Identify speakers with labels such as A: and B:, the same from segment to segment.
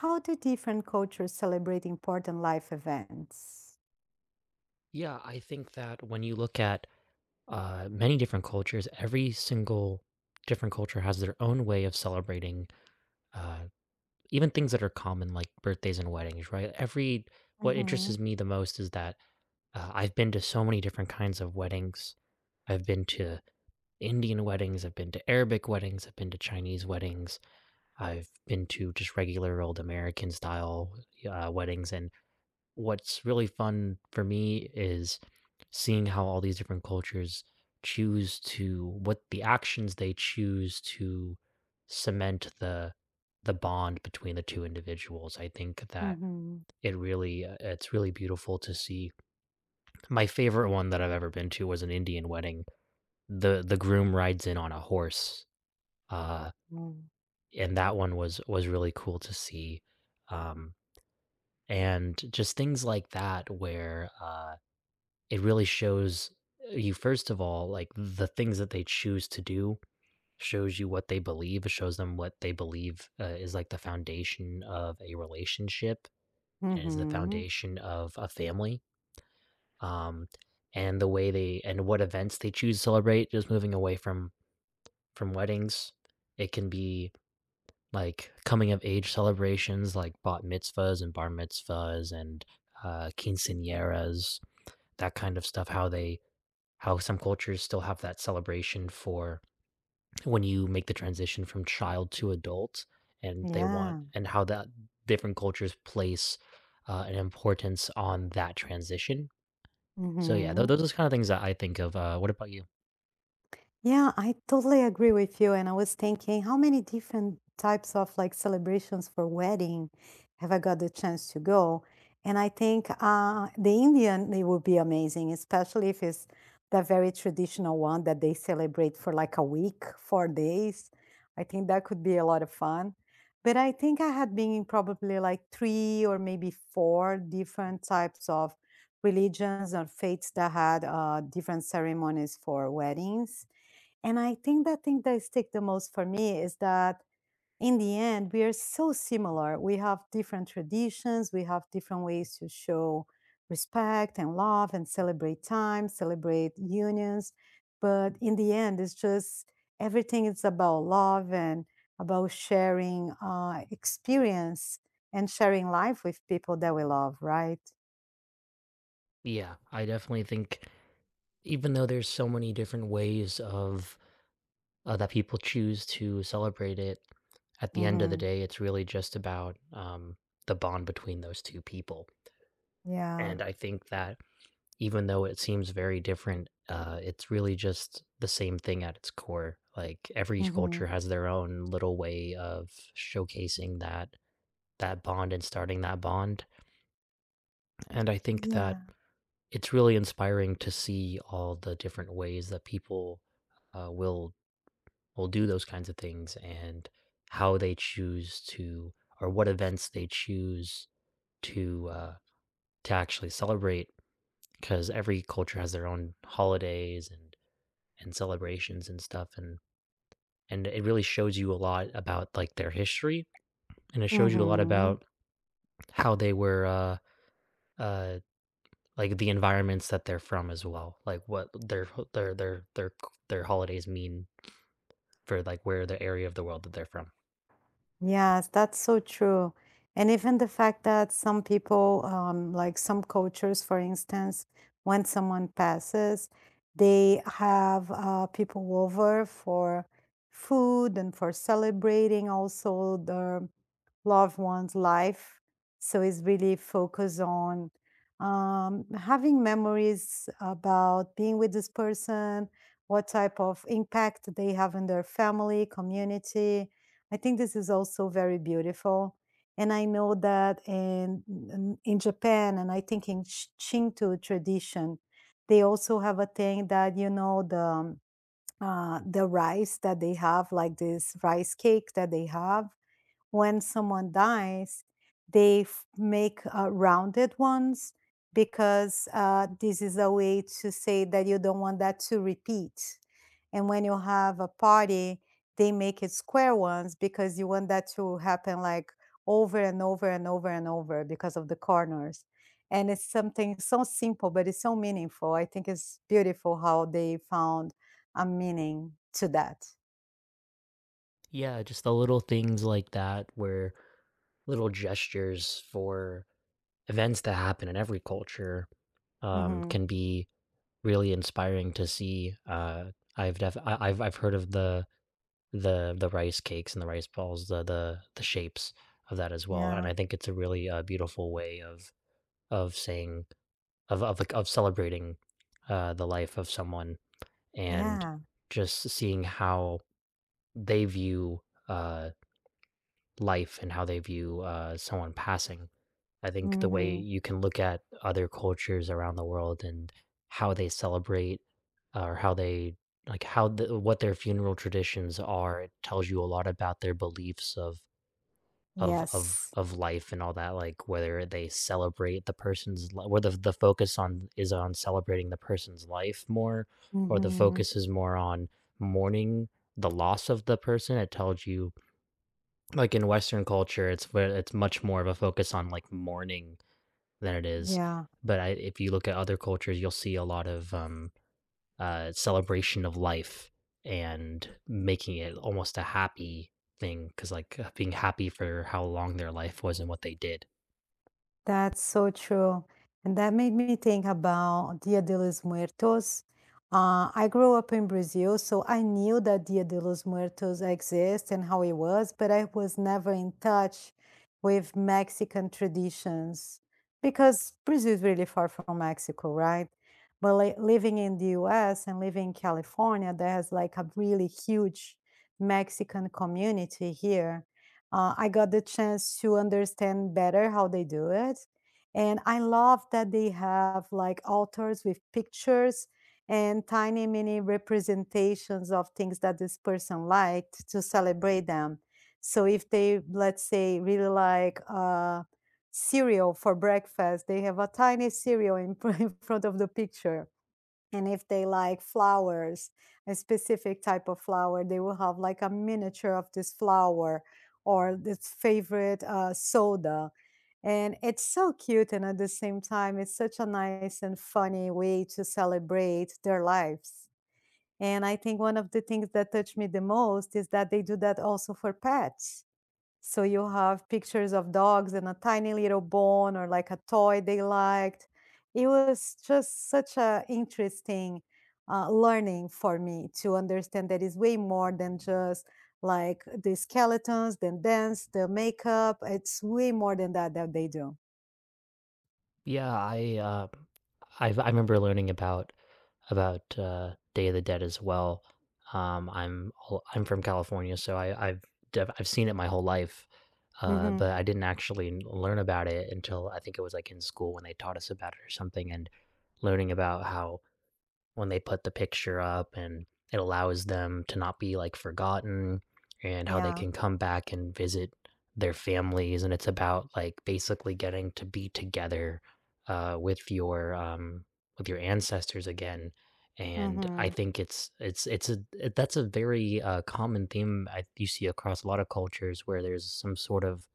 A: How do different cultures celebrate important life events?
B: Yeah, I think that when you look at many different cultures, every single different culture has their own way of celebrating uh, even things that are common, like birthdays and weddings, right? Every What interests
A: Mhm.
B: me the most is that I've been to so many different kinds of weddings. I've been to Indian weddings, I've been to Arabic weddings, I've been to Chinese weddings, I've been to just regular old American style weddings, and what's really fun for me is seeing how all these different cultures choose to what the actions they choose to cement the bond between the two individuals. I think that
A: Mhm.
B: it's really beautiful to see. My favorite one that I've ever been to was an Indian wedding. The groom rides in on a horse. Uh
A: Mm.
B: and that one was really cool to see. Um and just things like that where it really shows you, first of all, like the things that they choose to do shows you what they believe. It shows them what they believe is like the foundation of a relationship and is the
A: Mhm.
B: foundation of a family. Um, and the way they and what events they choose to celebrate, just moving away from weddings. It can be like coming of age celebrations, like bat mitzvahs and bar mitzvahs and quinceañeras, that kind of stuff. How some cultures still have that celebration for when you make the transition from child to adult and they want
A: Yeah.
B: and how that different cultures place an importance on that transition. So yeah,
A: Mhm.
B: those are kind of things that I think of. What about you?
A: Yeah, I totally agree with you. And I was thinking, how many different types of like celebrations for wedding have I got the chance to go? And I think the Indian, they will be amazing, especially if it's the very traditional one that they celebrate for like a week, 4 days. I think that could be a lot of fun. But I think I had been in probably like three or maybe four different types of religions or faiths that had different ceremonies for weddings, and I think the thing that stick the most for me is that in the end, we are so similar. We have different traditions, we have different ways to show respect and love and celebrate time, celebrate unions. But in the end, it's just everything is about love and about sharing experience and sharing life with people that we love, right?
B: Yeah, I definitely think even though there's so many different ways of that people choose to celebrate it, at the end of the
A: Mm-hmm.
B: day it's really just about, the bond between those two people.
A: Yeah.
B: And I think that even though it seems very different, it's really just the same thing at its core. Like every
A: Mm-hmm.
B: culture has their own little way of showcasing that, that bond and starting that bond. And I think that
A: Yeah.
B: it's really inspiring to see all the different ways that people uh, will will do those kinds of things and how they choose to, or what events they choose to uh, to actually celebrate, because every culture has their own holidays and celebrations and stuff, and it really shows you a lot about like their history and it shows you a lot
A: Mm-hmm.
B: about how they were uh like the environments that they're from as well, like what their their holidays mean for like where the area of the world that they're from.
A: Yes, that's so true. And even the fact that some people, like some cultures, for instance, when someone passes, they have people over for food and for celebrating also the loved one's life. So it's really focused on having memories about being with this person, what type of impact they have in their family, community. I think this is also very beautiful. And I know that in Japan, and I think in Shinto tradition, they also have a thing that the rice that they have, like this rice cake that they have when someone dies, they make rounded ones because this is a way to say that you don't want that to repeat. And when you have a party, they make it square ones because you want that to happen like over and over and over and over because of the corners. And it's something so simple, but it's so meaningful. I think it's beautiful how they found a meaning to that.
B: Yeah, just the little things like that where little gestures for events that happen in every culture,
A: Hmm.
B: can be really inspiring to see. I've I've heard of the the rice cakes and the rice balls, the shapes of that as well, and
A: Yeah.
B: I think it's a really, beautiful way of saying of, like, of celebrating, the life of someone, and
A: Yeah.
B: just seeing how they view, uh, life and how they view, someone passing. I think the way
A: Hmm.
B: you can look at other cultures around the world and how they celebrate, or how they, like, how the what their funeral traditions are, it tells you a lot about their beliefs of
A: Yes.
B: life and all that. Like whether they celebrate the whether the focus on is on celebrating the person's life more, or the
A: Mhm.
B: focus is more on mourning the loss of the person. It tells you, like in western culture it's where it's much more of a focus on like mourning than it is.
A: Yeah,
B: But if you look at other cultures you'll see a lot of celebration of life, and making it almost a happy thing because, like, being happy for how long their life was and what they did.
A: that's so true, and that made me think about Dia de los Muertos. I grew up in Brazil, so I knew that Dia de los Muertos exists and how it was, but I was never in touch with Mexican traditions because Brazil is really far from Mexico, right? But like living in the US and living in California, there's like a really huge Mexican community here. I got the chance to understand better how they do it. And I love that they have like altars with pictures and tiny mini representations of things that this person liked to celebrate them. So if they, let's say, really like cereal for breakfast, they have a tiny cereal in, in front of the picture. And if they like flowers, a specific type of flower, they will have like a miniature of this flower or this favorite soda. And it's so cute. And at the same time, it's such a nice and funny way to celebrate their lives. And I think one of the things that touched me the most is that they do that also for pets. So you have pictures of dogs and a tiny little bone or like a toy they liked. It was just such a interesting learning for me to understand that it's way more than just like the skeletons, the dance, the makeup. It's way more than that that they do.
B: Yeah, I, I remember learning about day of the dead as well. I'm I'm from California, so I I've I've seen it my whole life.
A: Hmm.
B: But I didn't actually learn about it until, I think it was like in school when they taught us about it or something. And learning about how when they put the picture up, and it allows them to not be like forgotten, and how they
A: Yeah.
B: can come back and visit their families, and it's about like basically getting to be together with your, with your ancestors again. And I
A: Hmm.
B: think it's a that's a very common theme. You see across a lot of cultures where there's some sort of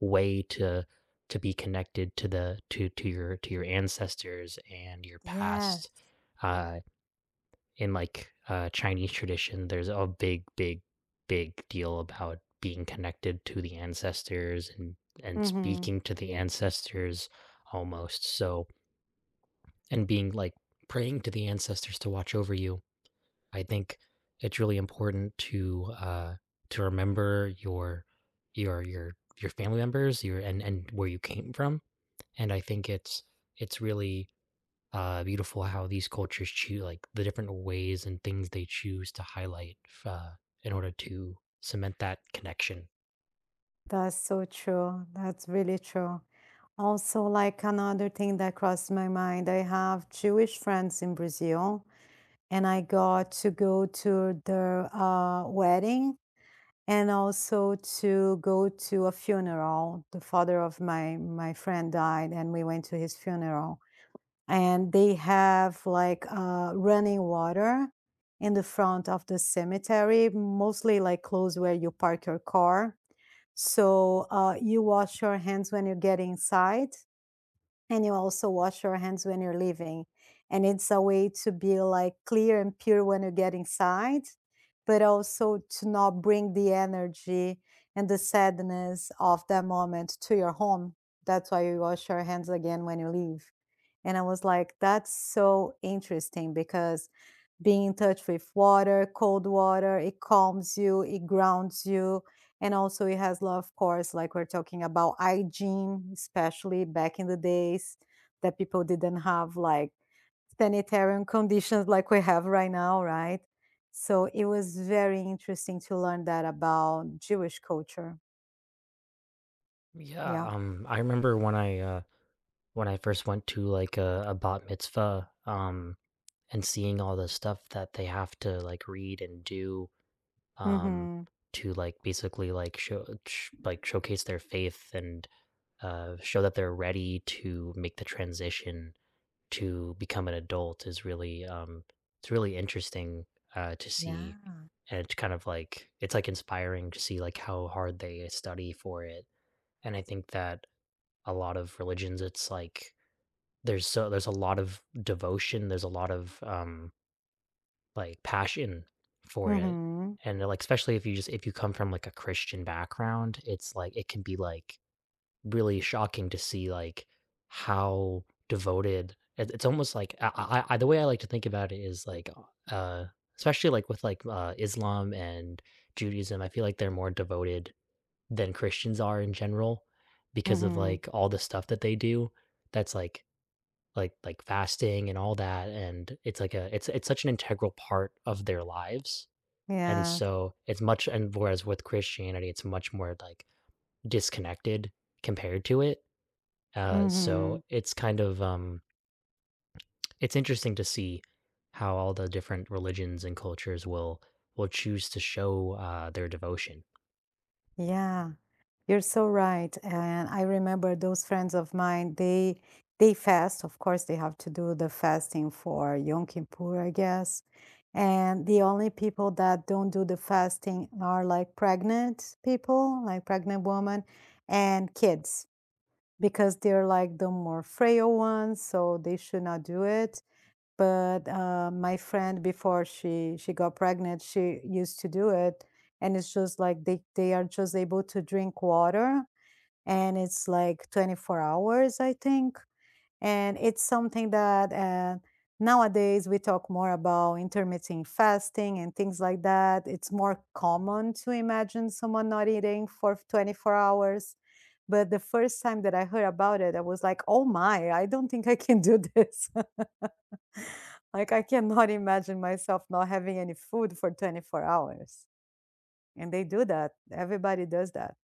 B: way to be connected to the to your ancestors and your past.
A: Yes.
B: uh, in like Chinese tradition, there's a big, big, big deal about being connected to the ancestors and
A: Hmm.
B: speaking to the ancestors almost. So, and being like praying to the ancestors to watch over you. I think it's really important to remember your your your your family members, your and where you came from. And I think it's really beautiful how these cultures choose, like the different ways and things they choose to highlight in order to cement that connection.
A: That's so true. That's really true. Also, like another thing that crossed my mind, I have Jewish friends in Brazil and I got to go to the wedding and also to go to a funeral. The father of my friend died, and we went to his funeral. And they have like running water in the front of the cemetery, mostly like close where you park your car. So you wash your hands when you get inside and you also wash your hands when you're leaving. And it's a way to be like clear and pure when you get inside, but also to not bring the energy and the sadness of that moment to your home. That's why you wash your hands again when you leave. And I was like, that's so interesting because being in touch with water, cold water, it calms you, it grounds you. And also, it has, love, of course, like we're talking about hygiene, especially back in the days that people didn't have like sanitarian conditions like we have right now, right? So it was very interesting to learn that about Jewish culture.
B: Yeah,
A: Yeah.
B: I remember when I first went to like a bat mitzvah, and seeing all the stuff that they have to like read and do, um,
A: Mm-hmm.
B: to like basically like like showcase their faith and show that they're ready to make the transition to become an adult is really it's really interesting to see.
A: Yeah.
B: And it's kind of like, it's like inspiring to see like how hard they study for it. And I think that a lot of religions, it's like there's a lot of devotion, there's a lot of like passion for it.
A: Mm-hmm.
B: And like especially if you just if you come from like a Christian background, it's like it can be like really shocking to see, like, how devoted it. It's almost like I the way I like to think about it is, like, especially, like, with, like, Islam and Judaism, I feel like they're more devoted than Christians are in general, because of,
A: Mm-hmm.
B: like, all the stuff that they do that's, like fasting and all that, and it's like a it's such an integral part of their lives, and
A: Yeah.
B: so it's much, and whereas with Christianity, it's much more, like, disconnected compared to it.
A: Mm-hmm.
B: So it's kind of it's interesting to see how all the different religions and cultures will choose to show their devotion.
A: Yeah. You're so right. And I remember those friends of mine, they fast. Of course, they have to do the fasting for Yom Kippur, I guess. And the only people that don't do the fasting are like pregnant people, like pregnant women and kids, because they're like the more frail ones, so they should not do it. But my friend, before she got pregnant, she used to do it, and it's just like they are just able to drink water and it's like 24 hours, I think. And it's something that nowadays we talk more about intermittent fasting and things like that. It's more common to imagine someone not eating for 24 hours. But the first time that I heard about it, I was like, oh my, I don't think I can do this. Like, I cannot imagine myself not having any food for 24 hours. And they do that. Everybody does that.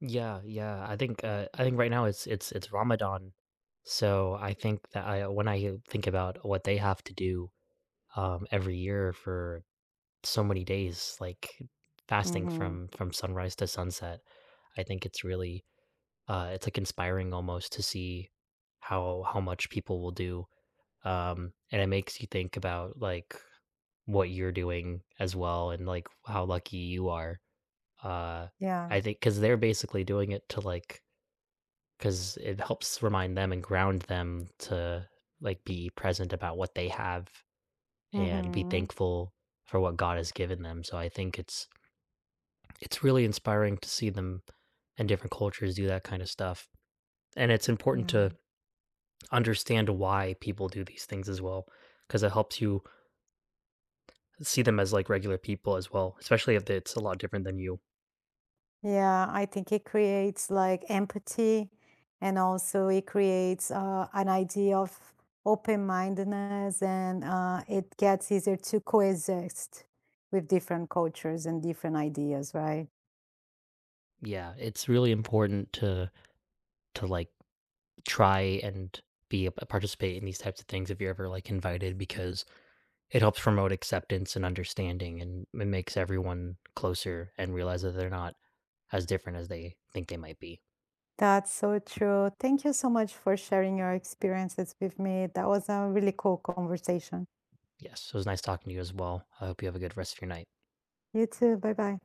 B: Yeah, yeah. I think right now it's it's Ramadan, so I think that I, when I think about what they have to do, every year for so many days, like fasting
A: Hmm.
B: from sunrise to sunset, I think it's really, it's like inspiring almost to see how much people will do, and it makes you think about, like, what you're doing as well, and like how lucky you are. uh
A: Yeah.
B: I think because they're basically doing it to like, because it helps remind them and ground them to like be present about what they have and be
A: Hmm.
B: thankful for what God has given them. So I think it's really inspiring to see them and different cultures do that kind of stuff. And it's important to
A: Yeah.
B: understand why people do these things as well, because it helps you see them as like regular people as well, especially if it's a lot different than you.
A: Yeah, I think it creates like empathy and also it creates an idea of open-mindedness and it gets easier to coexist with different cultures and different ideas, right?
B: Yeah, it's really important to like try and be a participate in these types of things if you're ever like invited, because it helps promote acceptance and understanding, and it makes everyone closer and realize that they're not as different as they think they might be.
A: That's so true. Thank you so much for sharing your experiences with me. That was a really cool conversation.
B: Yes, it was nice talking to you as well. I hope you have a good rest of your night.
A: You too. Bye bye.